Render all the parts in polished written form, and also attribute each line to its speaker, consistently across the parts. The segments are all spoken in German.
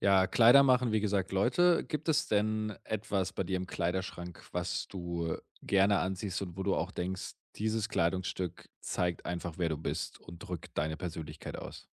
Speaker 1: Ja, Kleider machen, wie gesagt, Leute. Gibt es denn etwas bei dir im Kleiderschrank, was du gerne anziehst und wo du auch denkst, dieses Kleidungsstück zeigt einfach, wer du bist und drückt deine Persönlichkeit aus?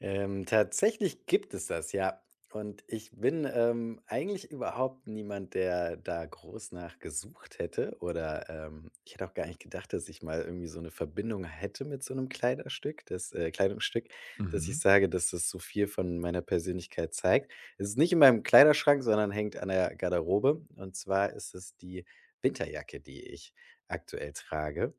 Speaker 2: Tatsächlich gibt es das, ja. Und ich bin, eigentlich überhaupt niemand, der da groß nach gesucht hätte, oder ich hätte auch gar nicht gedacht, dass ich mal irgendwie so eine Verbindung hätte mit so einem Kleiderstück, das Kleidungsstück, dass ich
Speaker 1: Mhm.
Speaker 2: sage, dass das so viel von meiner Persönlichkeit zeigt. Es ist nicht in meinem Kleiderschrank, sondern hängt an der Garderobe. Und zwar ist es die Winterjacke, die ich aktuell trage.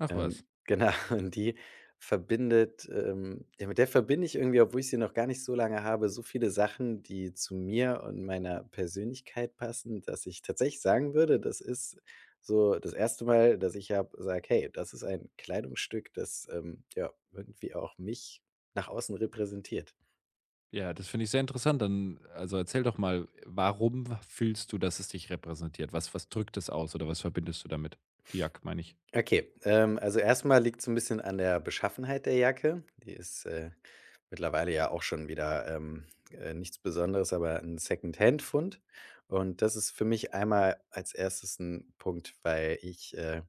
Speaker 1: Ach was.
Speaker 2: Genau, und mit der verbinde ich irgendwie, obwohl ich sie noch gar nicht so lange habe, so viele Sachen, die zu mir und meiner Persönlichkeit passen, dass ich tatsächlich sagen würde, das ist so das erste Mal, dass ich habe sage: „Hey, das ist ein Kleidungsstück, das, ja, irgendwie auch mich nach außen repräsentiert.“
Speaker 1: Ja, das finde ich sehr interessant. Dann, also erzähl doch mal, warum fühlst du, dass es dich repräsentiert? Was drückt es aus oder was verbindest du damit? Die Jack, meine ich.
Speaker 2: Okay, also erstmal liegt es ein bisschen an der Beschaffenheit der Jacke. Die ist, mittlerweile ja auch schon wieder, nichts Besonderes, aber 'n Secondhand-Fund. Und das ist für mich einmal als erstes ein Punkt, weil ich,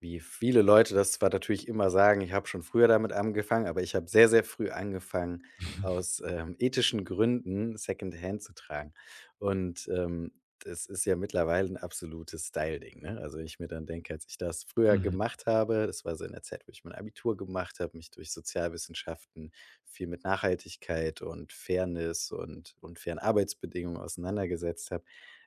Speaker 2: wie viele Leute das zwar natürlich immer sagen, ich habe schon früher damit angefangen, aber ich habe sehr, sehr früh angefangen, aus, ähm, ethischen Gründen Secondhand zu tragen. Und, das ist ja mittlerweile ein absolutes Style-Ding, ne? Also, ich mir dann denke, als ich das früher
Speaker 1: Mhm.
Speaker 2: gemacht habe, das war so in der Zeit, wo ich mein Abitur gemacht habe, mich durch Sozialwissenschaften viel mit Nachhaltigkeit und Fairness und fairen Arbeitsbedingungen auseinandergesetzt habe,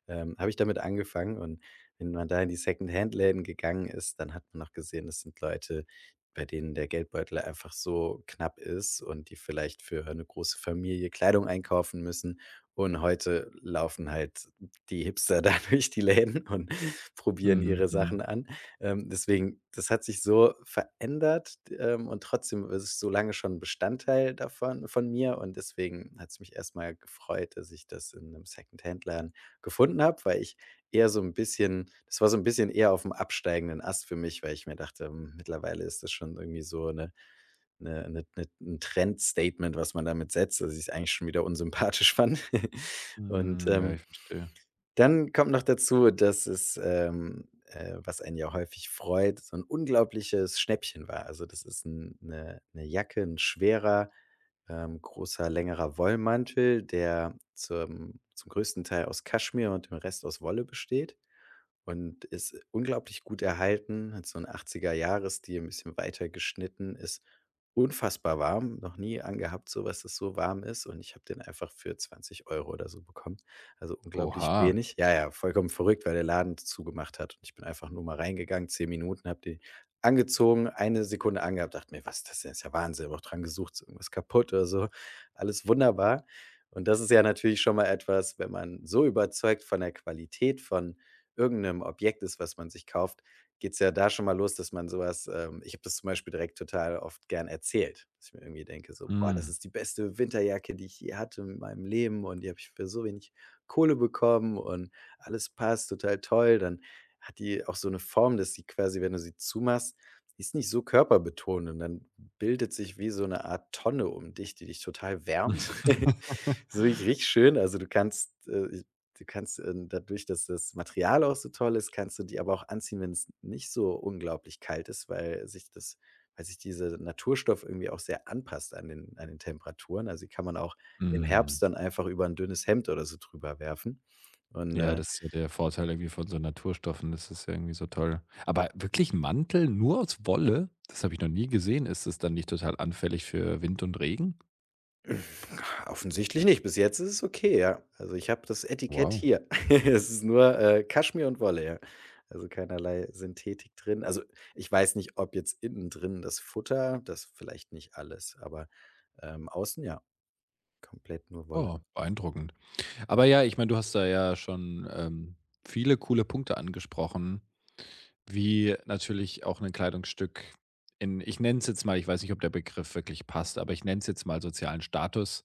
Speaker 2: habe ich damit angefangen, und wenn man da in die Second-Hand-Läden gegangen ist, dann hat man noch gesehen, das sind Leute, bei denen der Geldbeutel einfach so knapp ist und die vielleicht für eine große Familie Kleidung einkaufen müssen. Und heute laufen halt die Hipster da durch die Läden und probieren
Speaker 1: Mhm.
Speaker 2: ihre
Speaker 1: Mhm.
Speaker 2: Sachen an. Deswegen, das hat sich so verändert, und trotzdem ist es so lange schon 'n Bestandteil davon von mir. Und deswegen hat es mich erstmal gefreut, dass ich das in einem 'nem laden gefunden habe, weil ich Eher so ein bisschen das war so ein bisschen eher auf dem absteigenden Ast für mich, weil ich mir dachte, hm, mittlerweile ist das schon irgendwie so eine 'ne 'ne 'ne 'n Trendstatement, was man damit setzt, dass ich's eigentlich schon wieder unsympathisch fand. Und,
Speaker 1: Mhm. Ja, ich verstehe.
Speaker 2: dann kommt noch dazu, dass es, was einen ja häufig freut, so ein unglaubliches Schnäppchen war. Also, das ist 'n 'ne 'ne Jacke, ein schwerer, großer, längerer Wollmantel, der zum größten Teil aus Kaschmir und dem Rest aus Wolle besteht. Und ist unglaublich gut erhalten, hat so 'n 80er Jahres Stil, ein bisschen weiter geschnitten, ist unfassbar warm, noch nie angehabt so was, das so warm ist, und ich habe den einfach für 20 Euro oder so bekommen, also unglaublich
Speaker 1: Oha.
Speaker 2: wenig. Ja, ja, vollkommen verrückt, weil der Laden zugemacht hat und ich bin einfach nur mal reingegangen, 10 Minuten, habe die angezogen, eine Sekunde angehabt, dachte mir: „Was ist das denn? Ist ja Wahnsinn.“ Habe auch dran gesucht, ist irgendwas kaputt oder so. Alles wunderbar, und das ist ja natürlich schon mal etwas, wenn man so überzeugt von der Qualität von irgendeinem Objekt ist, was man sich kauft, geht's ja da schon mal los, dass man so was ich habe das zum Beispiel direkt total oft gern erzählt, dass ich mir irgendwie denke so: „Boah, das
Speaker 1: Mhm.
Speaker 2: ist die beste Winterjacke, die ich je hatte in meinem Leben, und die habe ich für so wenig Kohle bekommen und alles passt total toll.“ Dann hat die auch so eine Form, dass sie quasi, wenn du sie zumachst, die ist nicht so körperbetont, und dann bildet sich wie so eine Art Tonne um dich, die dich total wärmt. So richtig schön. Also, Du kannst, dadurch, dass das Material auch so toll ist, kannst du die aber auch anziehen, wenn es nicht so unglaublich kalt ist, weil sich dieser Naturstoff irgendwie auch sehr anpasst an den Temperaturen. Also, die kann man auch im
Speaker 1: Mhm.
Speaker 2: Herbst dann einfach über ein dünnes Hemd oder so drüber werfen und,
Speaker 1: Ja,
Speaker 2: äh,
Speaker 1: das ist ja der Vorteil irgendwie von so Naturstoffen. Das ist ja irgendwie so toll. Aber wirklich 'n Mantel nur aus Wolle? Das habe ich noch nie gesehen. Ist es dann nicht total anfällig für Wind und Regen?
Speaker 2: Offensichtlich nicht. Bis jetzt ist es okay, ja. Also, ich habe das Etikett
Speaker 1: Wow.
Speaker 2: hier. Es ist nur, Kaschmir und Wolle, ja. Also, keinerlei Synthetik drin. Also, ich weiß nicht, ob jetzt innen drin das Futter das vielleicht nicht alles, aber, außen ja, komplett nur Wolle.
Speaker 1: Oh, beeindruckend. Aber ja, ich meine, du hast da ja schon, viele coole Punkte angesprochen, wie natürlich auch ein Kleidungsstück in ich nenne es jetzt mal, ich weiß nicht, ob der Begriff wirklich passt, aber ich nenne es jetzt mal sozialen Status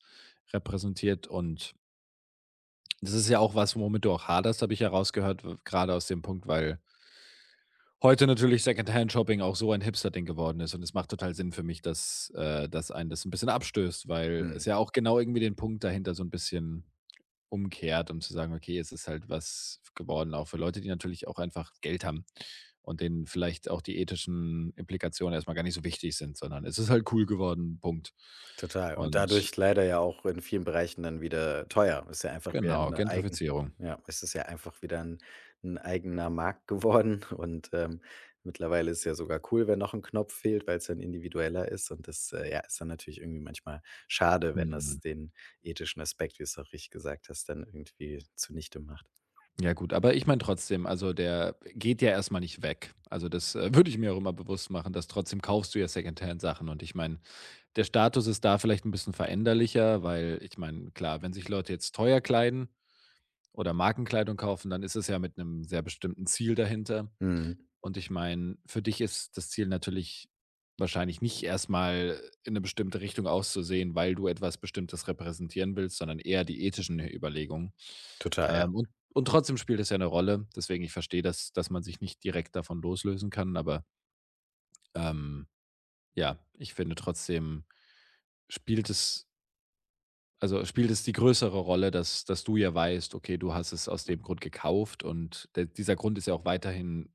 Speaker 1: repräsentiert und das ist ja auch was, womit du auch haderst, habe ich ja rausgehört, w grade aus dem Punkt, weil heute natürlich Secondhand-Shopping auch so ein Hipster-Ding geworden ist und es macht total Sinn für mich, dass, dass einen das ein bisschen abstößt, weil
Speaker 2: Mhm.
Speaker 1: es ja auch genau irgendwie den Punkt dahinter so ein bisschen umkehrt, um zu sagen: „Okay, es ist halt was geworden auch für Leute, die natürlich auch einfach Geld haben und denen vielleicht auch die ethischen Implikationen erstmal gar nicht so wichtig sind, sondern es ist halt cool geworden, Punkt.“
Speaker 2: Total. Und
Speaker 1: Und
Speaker 2: dadurch leider ja auch in vielen Bereichen dann wieder teuer. Ist ja einfach wieder
Speaker 1: genau,
Speaker 2: ein eigen
Speaker 1: Gentrifizierung.
Speaker 2: ja, es ist ja einfach wieder ein 'n eigener Markt geworden, und, mittlerweile ist ja sogar cool, wenn noch ein Knopf fehlt, weil es dann individueller ist, und das, ja, ist dann natürlich irgendwie manchmal schade, wenn
Speaker 1: Mhm.
Speaker 2: das den ethischen Aspekt, wie du es auch richtig gesagt hast, dann irgendwie zunichte macht.
Speaker 1: Ja gut, aber ich meine trotzdem, also der geht ja erstmal nicht weg. Also das, würde ich mir auch immer bewusst machen, dass trotzdem kaufst du ja Secondhand-Sachen und ich meine, der Status ist da vielleicht ein bisschen veränderlicher, weil ich meine, klar, wenn sich Leute jetzt teuer kleiden oder Markenkleidung kaufen, dann ist es ja mit einem sehr bestimmten Ziel dahinter.
Speaker 2: Mhm,
Speaker 1: Und ich meine, für dich ist das Ziel natürlich wahrscheinlich nicht erstmal in eine bestimmte Richtung auszusehen, weil du etwas Bestimmtes repräsentieren willst, sondern eher die ethischen Überlegungen.
Speaker 2: total, ja.
Speaker 1: Und trotzdem spielt es ja eine Rolle. Deswegen, ich verstehe, dass man sich nicht direkt davon loslösen kann, aber, ähm, ja, ich finde trotzdem spielt es also, spielt es die größere Rolle, dass du ja weißt, okay, du hast es aus dem Grund gekauft und der dieser Grund ist ja auch weiterhin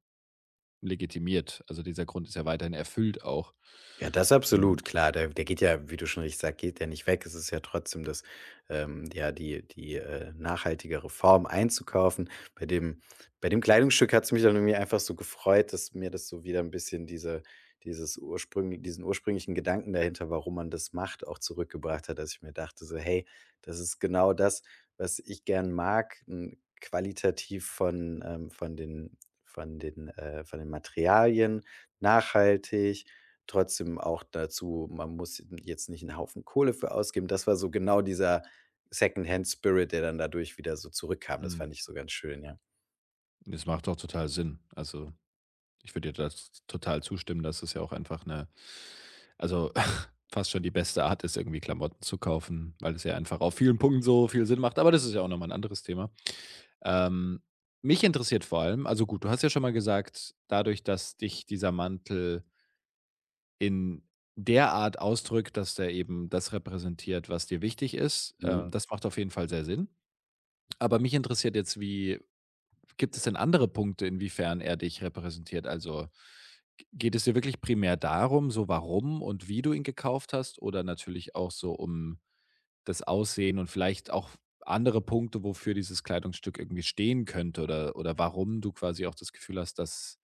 Speaker 1: legitimiert. Also, dieser Grund ist ja weiterhin erfüllt auch.
Speaker 2: Ja, das absolut,
Speaker 1: Und,
Speaker 2: klar. Der geht ja, wie du schon richtig sagst, geht der nicht weg. Es ist ja trotzdem das ja, die nachhaltigere Form einzukaufen. Bei dem Bei dem Kleidungsstück hat's mich dann irgendwie einfach so gefreut, dass mir das so wieder ein bisschen diesen ursprünglichen Gedanken dahinter, warum man das macht, auch zurückgebracht hat, dass ich mir dachte so: „Hey, das ist genau das, was ich gern mag, hm, qualitativ von den Materialien, nachhaltig, trotzdem auch dazu, man muss jetzt nicht einen Haufen Kohle für ausgeben. Das war so genau dieser Secondhand Spirit, der dann dadurch wieder so zurückkam. Das fand
Speaker 1: mhm,
Speaker 2: ich so ganz schön, ja.“
Speaker 1: das macht doch total Sinn. Also, ich würde dir das total zustimmen, dass es ja auch einfach eine, also, fast schon die beste Art ist, irgendwie Klamotten zu kaufen, weil es ja einfach auf vielen Punkten so viel Sinn macht, aber das ist ja auch nochmal ein anderes Thema. Ähm, mich interessiert vor allem also gut, du hast ja schon mal gesagt, dadurch, dass dich dieser Mantel in der Art ausdrückt, dass der eben das repräsentiert, was dir wichtig ist,
Speaker 2: Mhm.
Speaker 1: das macht auf jeden Fall sehr Sinn. Aber mich interessiert jetzt, wie gibt es denn andere Punkte, inwiefern er dich repräsentiert? Also, g geht es dir wirklich primär darum, so warum und wie du ihn gekauft hast oder natürlich auch so um das Aussehen und vielleicht auch andere Punkte, wofür dieses Kleidungsstück irgendwie stehen könnte oder warum du quasi auch das Gefühl hast, dass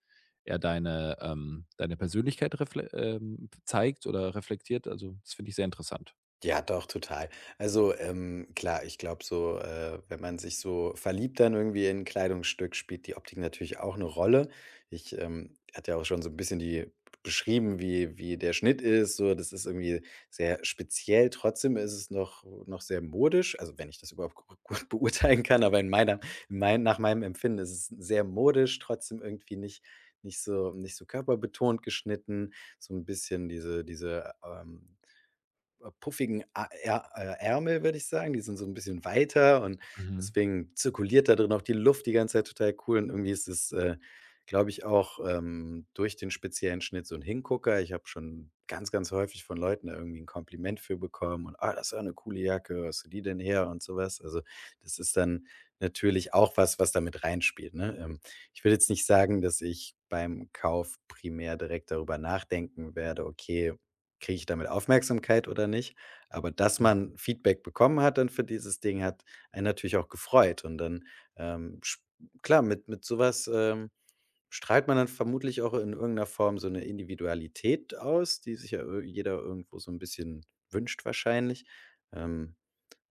Speaker 1: er deine, deine Persönlichkeit refle zeigt oder reflektiert? Also, das finde ich sehr interessant.
Speaker 2: Ja, doch, total. Also, klar, ich glaube so, wenn man sich so verliebt dann irgendwie in 'n Kleidungsstück, spielt die Optik natürlich auch eine Rolle. Ich, hatte ja auch schon so ein bisschen die beschrieben, wie der Schnitt ist, so. Das ist irgendwie sehr speziell. Trotzdem ist es noch sehr modisch, also, wenn ich das überhaupt gu gut beurteilen kann, aber in meiner in mein nach meinem Empfinden ist es sehr modisch, trotzdem irgendwie nicht so körperbetont geschnitten, so ein bisschen diese puffigen A Ä Ärmel, würde ich sagen. Die sind so ein bisschen weiter, und
Speaker 1: Mhm,
Speaker 2: deswegen zirkuliert da drin auch die Luft die ganze Zeit total cool, und irgendwie ist es, glaube ich, auch, durch den speziellen Schnitt so ein Hingucker. Ich habe schon ganz, ganz häufig von Leuten da irgendwie ein Kompliment für bekommen und: „Ah, das ist ja 'ne coole Jacke. Wo hast du die denn her?“ und so was. Also, das ist dann natürlich auch was, was damit reinspielt, ne? Ich will jetzt nicht sagen, dass ich beim Kauf primär direkt darüber nachdenken werde: „Okay, kriege ich damit Aufmerksamkeit oder nicht? Aber dass
Speaker 1: mhm.
Speaker 2: man Feedback bekommen hat dann für dieses Ding, hat einen natürlich auch gefreut.“ Und dann, ähm, sch- klar, mit sowas strahlt man dann vermutlich auch in irgendeiner Form so eine Individualität aus, die sich ja jeder irgendwo so ein bisschen wünscht wahrscheinlich. Ähm,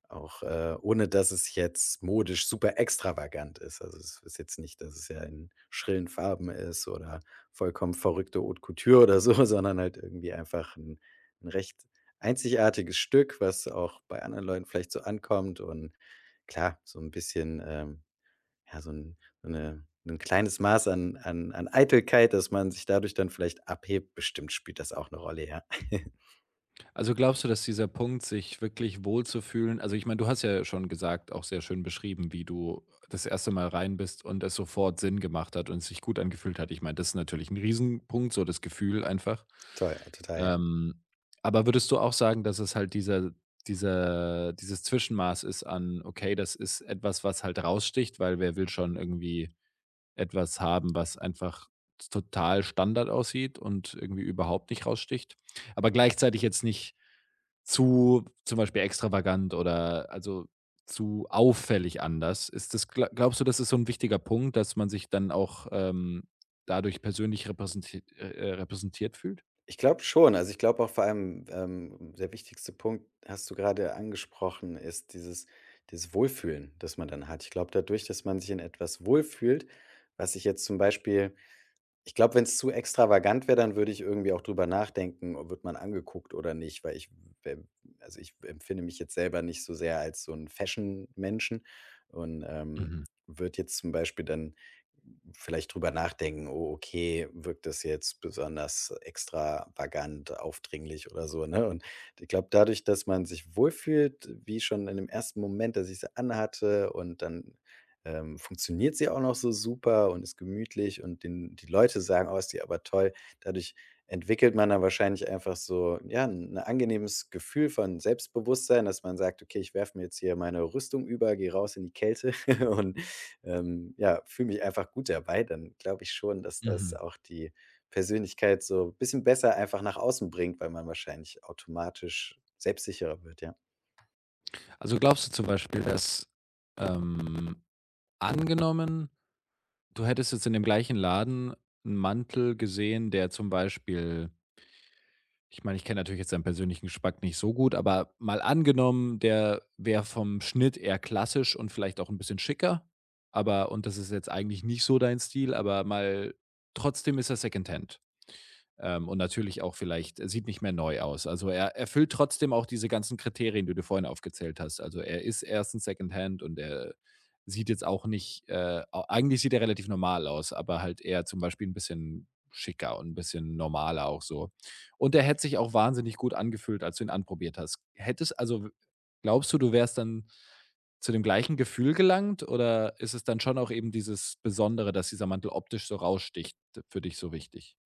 Speaker 2: auch, ohne dass es jetzt modisch super extravagant ist. Also, es ist jetzt nicht, dass es ja in schrillen Farben ist oder vollkommen verrückte Haute Couture oder so, sondern halt irgendwie einfach ein 'n recht einzigartiges Stück, was auch bei anderen Leuten vielleicht so ankommt, und klar, so ein bisschen, ja, so ein so 'ne 'n kleines Maß an Eitelkeit, dass man sich dadurch dann vielleicht abhebt, bestimmt spielt das auch eine Rolle, ja.
Speaker 1: Also glaubst du, dass dieser Punkt, sich wirklich wohlzufühlen also ich meine, du hast ja schon gesagt, auch sehr schön beschrieben, wie du das erste Mal rein bist und es sofort Sinn gemacht hat und es sich gut angefühlt hat. Ich meine, das ist natürlich ein Riesenpunkt, so das Gefühl einfach.
Speaker 2: Toll, total, ja.
Speaker 1: Ähm, aber würdest du auch sagen, dass es halt dieser dieser dieses Zwischenmaß ist an: „Okay, das ist etwas, was halt raussticht“, weil wer will schon irgendwie etwas haben, was einfach total Standard aussieht und irgendwie überhaupt nicht raussticht, aber gleichzeitig jetzt nicht zu zum Beispiel extravagant oder also zu auffällig anders. Ist das glaubst du, das ist so ein wichtiger Punkt, dass man sich dann auch, dadurch persönlich repräsentiert fühlt?
Speaker 2: Ich glaube schon. Also, ich glaube auch vor allem, der wichtigste Punkt, hast du gerade angesprochen, ist dieses Wohlfühlen, das man dann hat. Ich glaube, dadurch, dass man sich in etwas wohlfühlt, was ich jetzt zum Beispiel ich glaube, wenn es zu extravagant wäre, dann würde ich irgendwie auch drüber nachdenken, o wird man angeguckt oder nicht, weil ich ähm, also, ich empfinde mich jetzt selber nicht so sehr als so ein Fashion-Menschen, und,
Speaker 1: Mhm,
Speaker 2: würde jetzt zum Beispiel dann vielleicht drüber nachdenken: „Oh, okay, wirkt das jetzt besonders extravagant, aufdringlich oder so“, ne? Und ich glaube, dadurch, dass man sich wohlfühlt, wie schon in dem ersten Moment, dass ich sie anhatte, und dann funktioniert sie auch noch so super und ist gemütlich, und den die Leute sagen: „Oh, ist die aber toll.“ Dadurch entwickelt man dann wahrscheinlich einfach so, ja, ein angenehmes Gefühl von Selbstbewusstsein, dass man sagt: „Okay, ich werfe mir jetzt hier meine Rüstung über, gehe raus in die Kälte und, ja, fühle mich einfach gut dabei.“ Dann glaube ich schon, dass das
Speaker 1: mhm.
Speaker 2: auch die Persönlichkeit so ein bisschen besser einfach nach außen bringt, weil man wahrscheinlich automatisch selbstsicherer wird, ja.
Speaker 1: Also, glaubst du zum Beispiel, dass, ähm angenommen, du hättest jetzt in dem gleichen Laden 'n Mantel gesehen, der zum Beispiel Ich meine, ich kenne natürlich jetzt deinen persönlichen Geschmack nicht so gut, aber mal angenommen, der wäre vom Schnitt eher klassisch und vielleicht auch ein bisschen schicker, aber und das ist jetzt eigentlich nicht so dein Stil, aber mal trotzdem ist er Secondhand. Und natürlich auch vielleicht er sieht nicht mehr neu aus. Also, er erfüllt trotzdem auch diese ganzen Kriterien, die du vorhin aufgezählt hast. Also, er ist erstens Secondhand und er sieht jetzt auch nicht au eigentlich sieht er relativ normal aus, aber halt eher zum Beispiel ein bisschen schicker und ein bisschen normaler auch so. Und er hätte sich auch wahnsinnig gut angefühlt, als du ihn anprobiert hast. Hättest also, glaubst du, du wärst dann zu dem gleichen Gefühl gelangt oder ist es dann schon auch eben dieses Besondere, dass dieser Mantel optisch so raussticht, für dich so wichtig?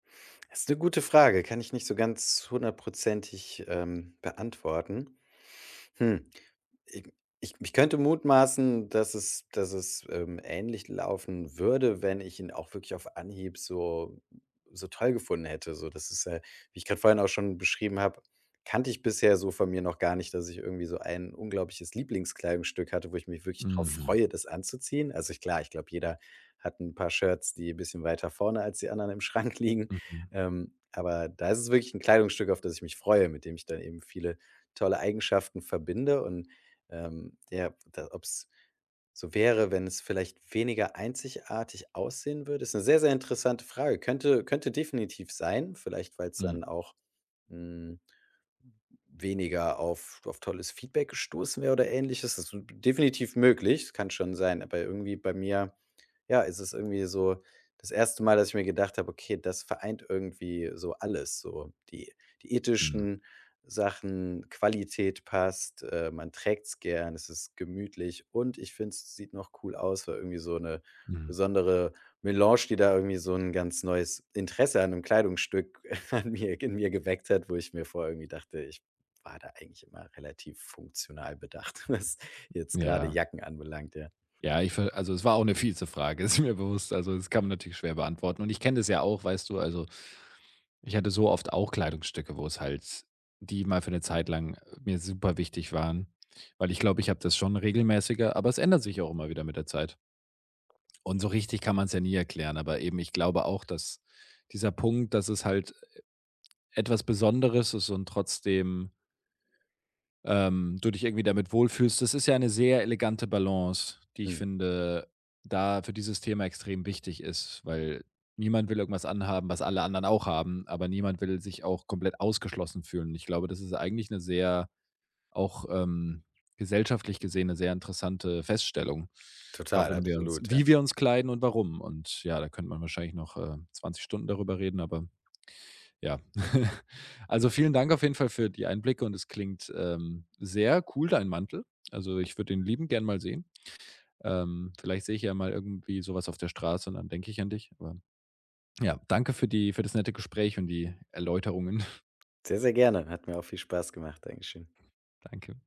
Speaker 2: Das ist eine gute Frage, kann ich nicht so ganz hundertprozentig, beantworten. Hm. Ich ich könnte mutmaßen, dass es, ähnlich laufen würde, wenn ich ihn auch wirklich auf Anhieb so so toll gefunden hätte. So, das ist ja, wie ich gerade vorhin auch schon beschrieben habe, kannte ich bisher so von mir noch gar nicht, dass ich irgendwie so ein unglaubliches Lieblingskleidungsstück hatte, wo ich mich wirklich darauf
Speaker 1: Mhm.
Speaker 2: freue, das anzuziehen. Also, ich klar, ich glaube, jeder hat ein paar Shirts, die ein bisschen weiter vorne als die anderen im Schrank liegen.
Speaker 1: Mhm.
Speaker 2: Aber da ist es wirklich ein Kleidungsstück, auf das ich mich freue, mit dem ich dann eben viele tolle Eigenschaften verbinde. Und der da ob's so wäre, wenn es vielleicht weniger einzigartig aussehen würde, ist eine sehr, sehr interessante Frage. Könnte definitiv sein, vielleicht weil es
Speaker 1: Mhm.
Speaker 2: dann auch, hm, weniger auf tolles Feedback gestoßen wäre oder Ähnliches. Das ist definitiv möglich, das kann schon sein, aber irgendwie bei mir, ja, es ist irgendwie so das erste Mal, dass ich mir gedacht habe: „Okay, das vereint irgendwie so alles“, so die
Speaker 1: Mhm.
Speaker 2: ethischen Sachen, Qualität passt, man trägt's gern, es ist gemütlich und ich finde, es sieht noch cool aus, weil irgendwie so eine
Speaker 1: Mhm.
Speaker 2: besondere Melange, die da irgendwie so ein ganz neues Interesse an einem Kleidungsstück an mir in mir geweckt hat, wo ich mir vorher irgendwie dachte, ich war da eigentlich immer relativ funktional bedacht, was jetzt gerade
Speaker 1: Ja.
Speaker 2: Jacken anbelangt, ja.
Speaker 1: Ja, ich ver also, es war auch 'ne fiese Frage, ist mir bewusst. Also, das kann man natürlich schwer beantworten. Und ich kenne das ja auch, weißt du, also, ich hatte so oft auch Kleidungsstücke, wo es halt die mal für 'ne Zeit lang mir super wichtig waren, weil ich glaube, ich habe das schon regelmäßiger, aber es ändert sich auch immer wieder mit der Zeit. Und so richtig kann man's ja nie erklären, aber eben, ich glaube auch, dass dieser Punkt, dass es halt etwas Besonderes ist und trotzdem du dich irgendwie damit wohlfühlst. Das ist ja eine sehr elegante Balance, die ich
Speaker 2: Mhm,
Speaker 1: finde, da für dieses Thema extrem wichtig ist, weil niemand will irgendwas anhaben, was alle anderen auch haben, aber niemand will sich auch komplett ausgeschlossen fühlen. Ich glaube, das ist eigentlich eine sehr auch, gesellschaftlich gesehen eine sehr interessante Feststellung,
Speaker 2: total,
Speaker 1: warum wir uns
Speaker 2: absolut, ja.
Speaker 1: wie wir uns kleiden und warum. Und ja, da könnte man wahrscheinlich noch, 20 Stunden darüber reden, aber ja. Also, vielen Dank auf jeden Fall für die Einblicke und es klingt, sehr cool, dein Mantel. Also, ich würde den lieben, gern mal sehen. Vielleicht sehe ich ja mal irgendwie sowas auf der Straße und dann denke ich an dich. Aber ja, danke für die für das nette Gespräch und die Erläuterungen.
Speaker 2: Sehr, sehr gerne. Hat mir auch viel Spaß gemacht. Dankeschön.
Speaker 1: Danke.